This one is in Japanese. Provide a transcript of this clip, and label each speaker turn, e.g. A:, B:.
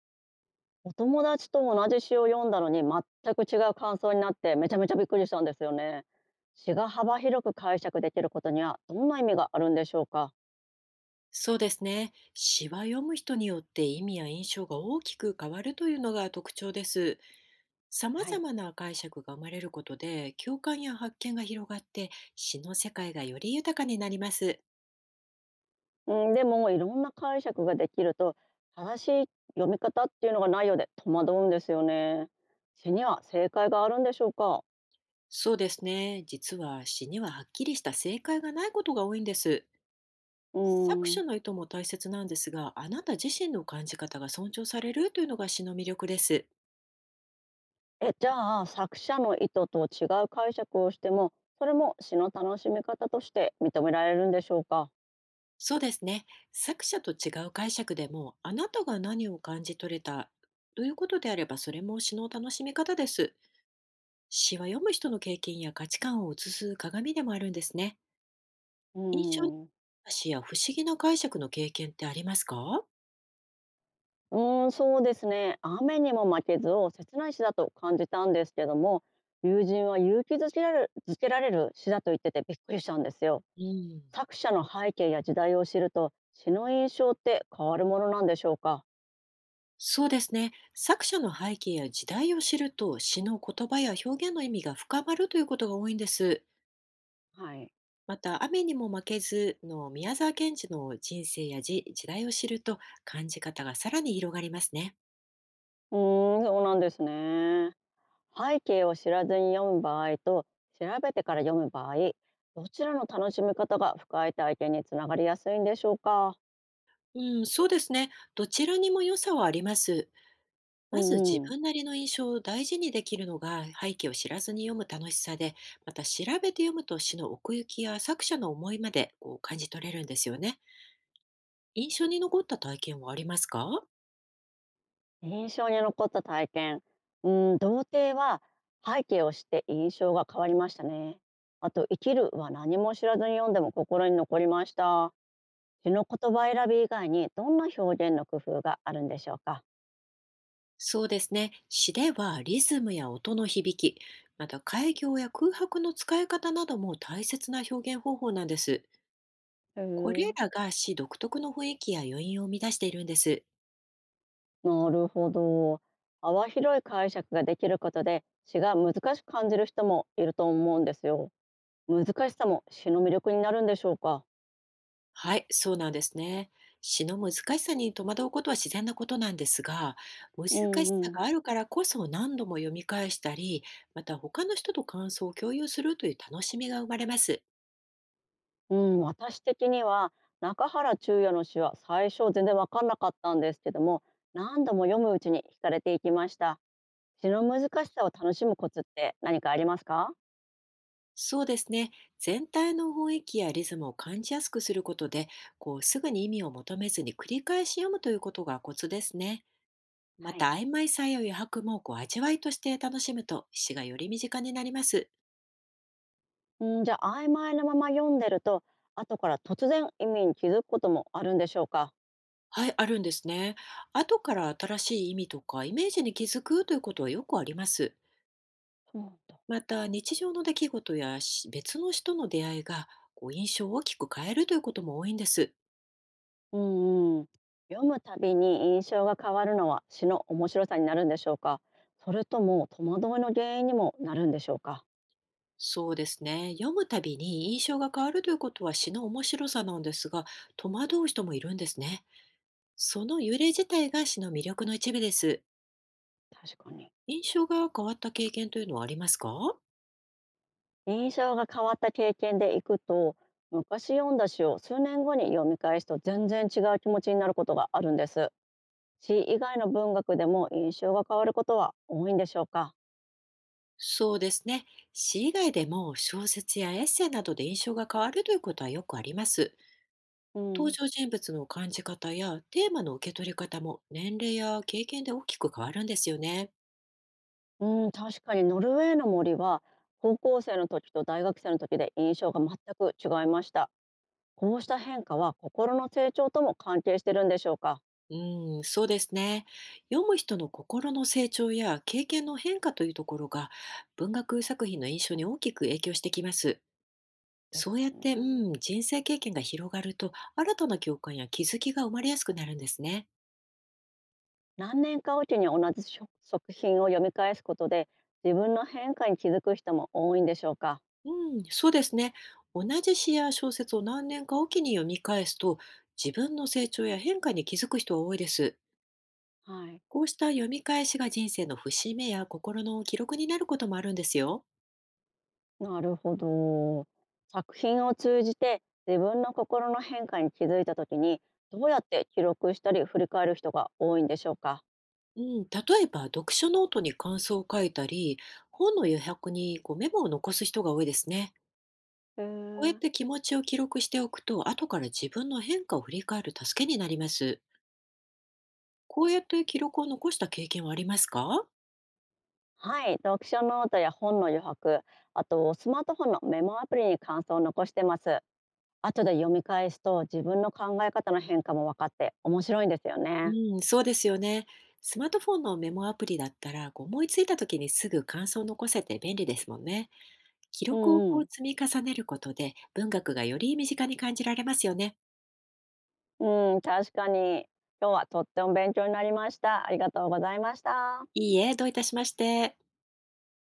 A: お友達と同じ詩を読んだのに全く違う感想になってめちゃめちゃびっくりしたんですよね。詩が幅広く解釈できることにはどんな意味があるんでしょうか？
B: そうですね。詩は読む人によって意味や印象が大きく変わるというのが特徴です。様
A: はい。
B: 々な解釈が生まれることで、共感や発見が広がって、詩の世界がより豊かになります。
A: うん、でもいろんな解釈ができると正しい読み方っていうのがないようで戸惑うんですよね。詩には正解があるんでしょうか？
B: そうですね。実は詩にははっきりした正解がないことが多いんです。
A: う
B: 作
A: ん。
B: 者の意図も大切なんですが、あなた自身の感じ方が尊重されるというのが詩の魅力です。
A: じゃあ作者の意図と違う解釈をしてもそれも詩の楽しみ方として認められるんでしょうか？
B: そうですね。作者と違う解釈でも、あなたが何を感じ取れたということであれば、それも詩の楽しみ方です。詩は読む人の経験や価値観を映す鏡でもあるんですね。
A: う
B: 印象に残っ
A: ん。
B: た詩や不思議な解釈の経験ってありますか？
A: うーん、そうですね。雨にも負けずを切ない詩だと感じたんですけども、友人は勇気づけられる詩だと言っててびっくりしたんですよ。
B: うん。
A: 作者の背景や時代を知ると詩の印象って変わるものなんでしょうか。
B: そうですね。作者の背景や時代を知ると、詩の言葉や表現の意味が深まるということが多いんです。
A: はい。
B: また「雨にも負けず」の宮沢賢治の人生や時時代を知ると、感じ方がさらに広がりますね。
A: うーん、そうなんですね。背景を知らずに読む場合と調べてから読む場合、どちらの楽しみ方が深い体験につながりやすいんでしょうか。
B: うん、そうですね。どちらにも良さはあります。
A: う
B: まず自
A: んうん。
B: 分なりの印象を大事にできるのが背景を知らずに読む楽しさで、また調べて読むと詩の奥行きや作者の思いまで感じ取れるんですよね。印象に残った体験はありますか？
A: 印象に残った体験。うん、童貞は背景を知って印象が変わりましたね。あと、生きるは何も知らずに読んでも心に残りました。詩の言葉選び以外にどんな表現の工夫があるんでしょうか。
B: そうですね。詩ではリズムや音の響き、また開業や空白の使い方なども大切な表現方法なんです。
A: へ
B: こ
A: え。
B: れらが詩独特の雰囲気や余韻を生み出しているんです。
A: なるほど。幅広い解釈ができることで詩が難しく感じる人もいると思うんですよ。難しさも詩の魅力になるんでしょうか。
B: はい、そうなんですね。詩の難しさに戸惑うことは自然なことなんですが、難
A: う
B: しさ
A: ん。
B: があるからこそ何度も読み返したり、また他の人と感想を共有するという楽しみが生まれます。
A: うん、私的には中原中也の詩は最初全然分かんなかったんですけども、何度も読むうちに惹かれていきました。詩の難しさを楽しむコツって何かありますか？
B: そうですね。全体の雰囲気やリズムを感じやすくすることで、すぐに意味を求めずに繰り返し読むということがコツですね。ま
A: はい。
B: た、曖昧さや余白も味わいとして楽しむと、詩がより身近になります。
A: うん。じゃあ曖昧なまま読んでると後から突然意味に気づくこともあるんでしょうか？
B: はい、あるんですね。後から新しい意味とかイメージに気づくということはよくあります。
A: そうなんだ。
B: また、日常の出来事やし別の人の出会いが印象を大きく変えるということも多いんです。
A: うんうん。読むたびに印象が変わるのは詩の面白さになるんでしょうか？それとも戸惑いの原因にもなるんでしょうか？
B: そうですね。読むたびに印象が変わるということは詩の面白さなんですが、戸惑う人もいるんですね。その揺れ自体が詩の魅力の一部です。
A: 確かに。
B: 印象が変わった経験というのはありますか？
A: 印象が変わった経験で行くと、昔読んだ詩を数年後に読み返すと全然違う気持ちになることがあるんです。詩以外の文学でも印象が変わることは多いんでしょうか？
B: そうですね。詩以外でも小説やエッセイなどで印象が変わるということはよくあります。
A: う
B: 登
A: ん、
B: 場人物の感じ方やテーマの受け取り方も年齢や経験で大きく変わるんですよね。
A: うん、確かにノルウェーの森は高校生の時と大学生の時で印象が全く違いました。こうした変化は心の成長とも関係してるんでしょうか？
B: うん、そうですね。読む人の心の成長や経験の変化というところが文学作品の印象に大きく影響してきます。
A: で
B: そ
A: す
B: うやっ
A: よ
B: て、
A: ね。
B: うん、人生経験が広がると新たな共感や気づきが生まれやすくなるんですね。
A: 何年かおきに同じ食品を読み返すことで自分の変化に気づく人も多いんでしょうか？
B: うん、そうですね。同じ詩や小説を何年かおきに読み返すと、自分の成長や変化に気づく人は多いです。
A: はい。
B: こうした読み返しが人生の節目や心の記録になることもあるんですよ。
A: なるほど。作品を通じて自分の心の変化に気づいた時にどうやって記録したり振り返る人が多いんでしょうか？
B: うん、例えば読書ノートに感想を書いたり、本の余白にメモを残す人が多いですね。
A: へ
B: こうやっ
A: ー。
B: て気持ちを記録しておくと、後から自分の変化を振り返る助けになります。こうやって記録を残した経験はありますか？
A: はい、読書ノートや本の余白、あとスマートフォンのメモアプリに感想を残してます。後で読み返すと自分の考え方の変化も分かって面白いんですよね。
B: うん、そうですよね。スマートフォンのメモアプリだったら、思いついた時にすぐ感想を残せて便利ですもんね。記
A: う
B: 録を
A: んうん。
B: 積み重ねることで、文学がより身近に感じられますよね。
A: うん、確かに。今日はとっても勉強になりました。ありがとうございました。
B: いいえ、どういたしまして。